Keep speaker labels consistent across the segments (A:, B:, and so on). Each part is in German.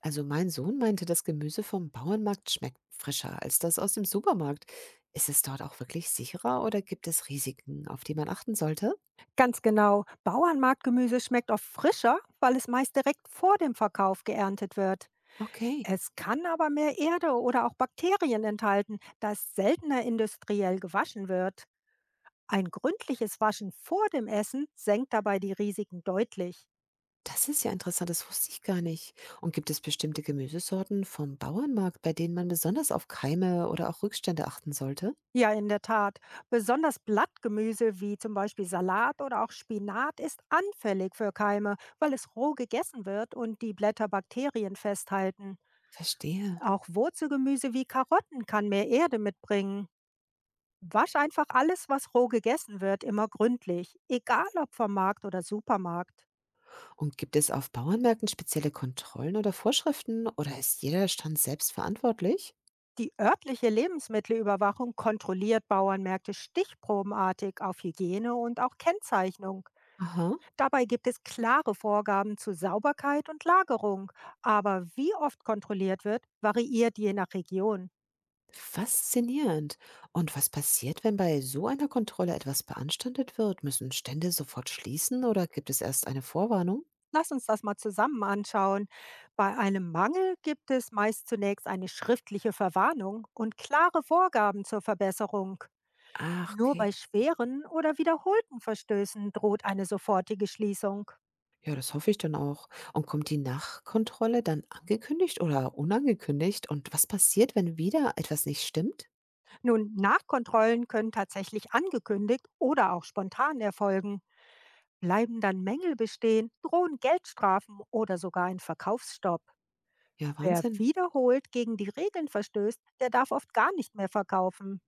A: Also mein Sohn meinte, das Gemüse vom Bauernmarkt schmeckt frischer als das aus dem Supermarkt. Ist es dort auch wirklich sicherer oder gibt es Risiken, auf die man achten sollte?
B: Ganz genau. Bauernmarktgemüse schmeckt oft frischer, weil es meist direkt vor dem Verkauf geerntet wird.
A: Okay,
B: Es kann aber mehr Erde oder auch Bakterien enthalten, da es seltener industriell gewaschen wird. Ein gründliches Waschen vor dem Essen senkt dabei die Risiken deutlich.
A: das ist ja interessant, das wusste ich gar nicht. Und gibt es bestimmte Gemüsesorten vom Bauernmarkt, bei denen man besonders auf Keime oder auch Rückstände achten sollte?
B: Ja, in der Tat. Besonders Blattgemüse wie zum Beispiel Salat oder auch Spinat ist anfällig für Keime, weil es roh gegessen wird und die Blätter Bakterien festhalten.
A: Verstehe.
B: Auch Wurzelgemüse wie Karotten kann mehr Erde mitbringen. Wasch einfach alles, was roh gegessen wird, immer gründlich, egal ob vom Markt oder Supermarkt.
A: Und gibt es auf Bauernmärkten spezielle Kontrollen oder Vorschriften oder ist jeder Stand selbst verantwortlich?
B: Die örtliche Lebensmittelüberwachung kontrolliert Bauernmärkte stichprobenartig auf Hygiene und auch Kennzeichnung.
A: Aha.
B: Dabei gibt es klare Vorgaben zu Sauberkeit und Lagerung, aber wie oft kontrolliert wird, variiert je nach Region.
A: Faszinierend. Und was passiert, wenn bei so einer Kontrolle etwas beanstandet wird? Müssen Stände sofort schließen oder gibt es erst eine Vorwarnung?
B: Lass uns das mal zusammen anschauen. Bei einem Mangel gibt es meist zunächst eine schriftliche Verwarnung und klare Vorgaben zur Verbesserung.
A: Ach,
B: Nur bei
A: okay.
B: schweren oder wiederholten Verstößen droht eine sofortige Schließung.
A: Ja, das hoffe ich dann auch. Und kommt die Nachkontrolle dann angekündigt oder unangekündigt? Und was passiert, wenn wieder etwas nicht stimmt?
B: Nun, Nachkontrollen können tatsächlich angekündigt oder auch spontan erfolgen. Bleiben dann Mängel bestehen, drohen Geldstrafen oder sogar ein Verkaufsstopp.
A: Ja,
B: Wer
A: Wahnsinn.
B: wiederholt gegen die Regeln verstößt, der darf oft gar nicht mehr verkaufen.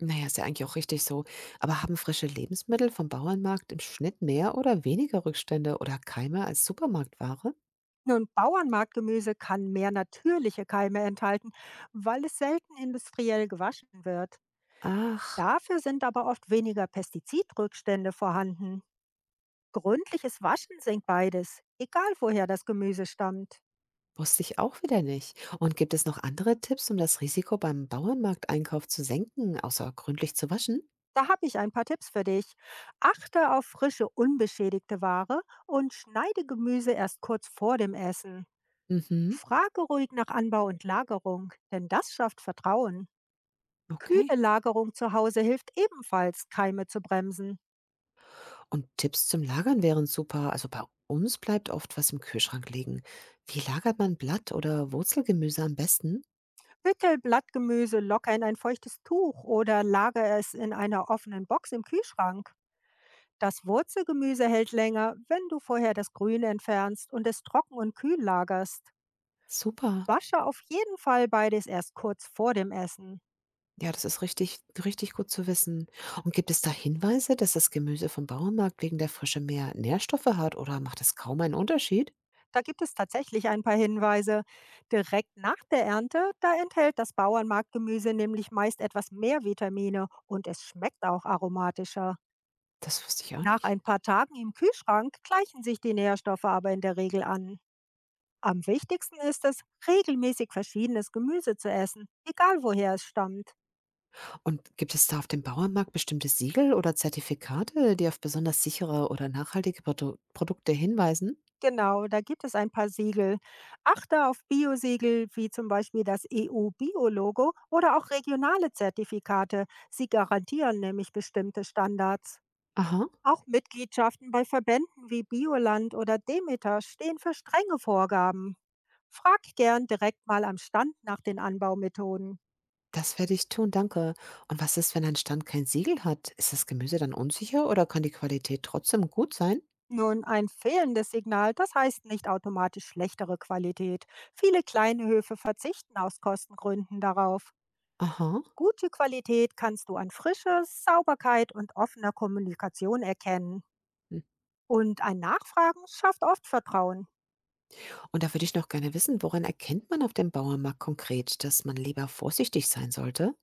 A: Naja, ist ja eigentlich auch richtig so. Aber haben frische Lebensmittel vom Bauernmarkt im Schnitt mehr oder weniger Rückstände oder Keime als Supermarktware?
B: Nun, Bauernmarktgemüse kann mehr natürliche Keime enthalten, weil es selten industriell gewaschen wird.
A: Ach.
B: Dafür sind aber oft weniger Pestizidrückstände vorhanden. Gründliches Waschen senkt beides, egal woher das Gemüse stammt.
A: Wusste ich auch wieder nicht. Und gibt es noch andere Tipps, um das Risiko beim Bauernmarkteinkauf zu senken, außer gründlich zu waschen?
B: Da habe ich ein paar Tipps für dich. Achte auf frische, unbeschädigte Ware und schneide Gemüse erst kurz vor dem Essen.
A: Mhm,
B: Frage ruhig nach Anbau und Lagerung, denn das schafft Vertrauen. Kühle
A: okay.
B: Lagerung zu Hause hilft ebenfalls, Keime zu bremsen.
A: Und Tipps zum Lagern wären super. Also bei uns bleibt oft was im Kühlschrank liegen. Wie lagert man Blatt- oder Wurzelgemüse am besten?
B: Wickel Blattgemüse locker in ein feuchtes Tuch oder lagere es in einer offenen Box im Kühlschrank. Das Wurzelgemüse hält länger, wenn du vorher das Grün entfernst und es trocken und kühl lagerst.
A: Super.
B: Wasche auf jeden Fall beides erst kurz vor dem Essen.
A: Ja, das ist richtig gut zu wissen. Und gibt es da Hinweise, dass das Gemüse vom Bauernmarkt wegen der Frische mehr Nährstoffe hat oder macht es kaum einen Unterschied?
B: Da gibt es tatsächlich ein paar Hinweise. Direkt nach der Ernte, da enthält das Bauernmarktgemüse nämlich meist etwas mehr Vitamine und es schmeckt auch aromatischer.
A: Das wusste ich auch
B: Nach
A: nicht.
B: ein paar Tagen im Kühlschrank gleichen sich die Nährstoffe aber in der Regel an. Am wichtigsten ist es, regelmäßig verschiedenes Gemüse zu essen, egal woher es stammt.
A: Und gibt es da auf dem Bauernmarkt bestimmte Siegel oder Zertifikate, die auf besonders sichere oder nachhaltige Produkte hinweisen?
B: Genau, da gibt es ein paar Siegel. Achte auf Biosiegel wie zum Beispiel das EU-Bio-Logo oder auch regionale Zertifikate. Sie garantieren nämlich bestimmte Standards.
A: Aha,
B: Auch Mitgliedschaften bei Verbänden wie Bioland oder Demeter stehen für strenge Vorgaben. Frag gern direkt mal am Stand nach den Anbaumethoden.
A: das werde ich tun, danke. Und was ist, wenn ein Stand kein Siegel hat? Ist das Gemüse dann unsicher oder kann die Qualität trotzdem gut sein?
B: Nun, ein fehlendes Signal, das heißt nicht automatisch schlechtere Qualität. Viele kleine Höfe verzichten aus Kostengründen darauf.
A: Aha.
B: Gute Qualität kannst du an Frische, Sauberkeit und offener Kommunikation erkennen.
A: Hm.
B: Und ein Nachfragen schafft oft Vertrauen.
A: Und da würde ich noch gerne wissen, woran erkennt man auf dem Bauernmarkt konkret, dass man lieber vorsichtig sein sollte?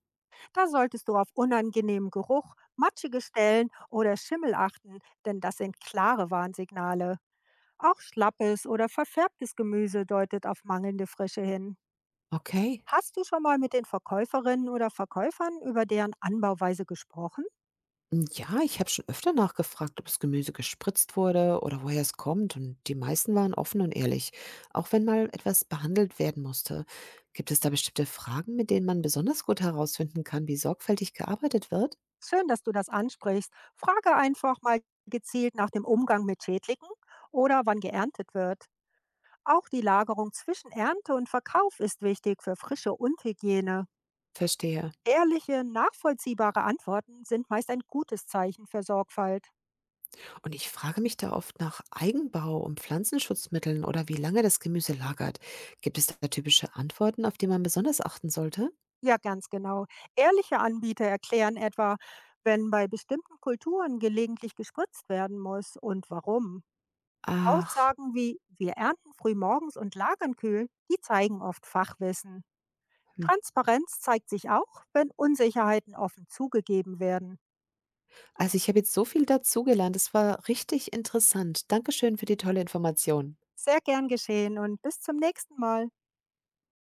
B: Da solltest du auf unangenehmen Geruch, matschige Stellen oder Schimmel achten, denn das sind klare Warnsignale. Auch schlappes oder verfärbtes Gemüse deutet auf mangelnde Frische hin.
A: Okay.
B: Hast du schon mal mit den Verkäuferinnen oder Verkäufern über deren Anbauweise gesprochen?
A: Hm, ja, ich habe schon öfter nachgefragt, ob das Gemüse gespritzt wurde oder woher es kommt, und die meisten waren offen und ehrlich, auch wenn mal etwas behandelt werden musste. Gibt es da bestimmte Fragen, mit denen man besonders gut herausfinden kann, wie sorgfältig gearbeitet wird?
B: Schön, dass du das ansprichst. Frage einfach mal gezielt nach dem Umgang mit Schädlingen oder wann geerntet wird. Auch die Lagerung zwischen Ernte und Verkauf ist wichtig für Frische und Hygiene.
A: Verstehe.
B: Ehrliche, nachvollziehbare Antworten sind meist ein gutes Zeichen für Sorgfalt.
A: Und ich frage mich da oft nach Eigenbau und Pflanzenschutzmitteln oder wie lange das Gemüse lagert. Gibt es da typische Antworten, auf die man besonders achten sollte?
B: Ja, ganz genau. Ehrliche Anbieter erklären etwa, wenn bei bestimmten Kulturen gelegentlich gespritzt werden muss und warum.
A: Ach,
B: Aussagen wie wir ernten früh morgens und lagern kühl, die zeigen oft Fachwissen.
A: hm.
B: Transparenz zeigt sich auch, wenn Unsicherheiten offen zugegeben werden.
A: Also ich habe jetzt so viel dazugelernt. Es war richtig interessant. Dankeschön für die tolle Information.
B: Sehr gern geschehen und bis zum nächsten Mal.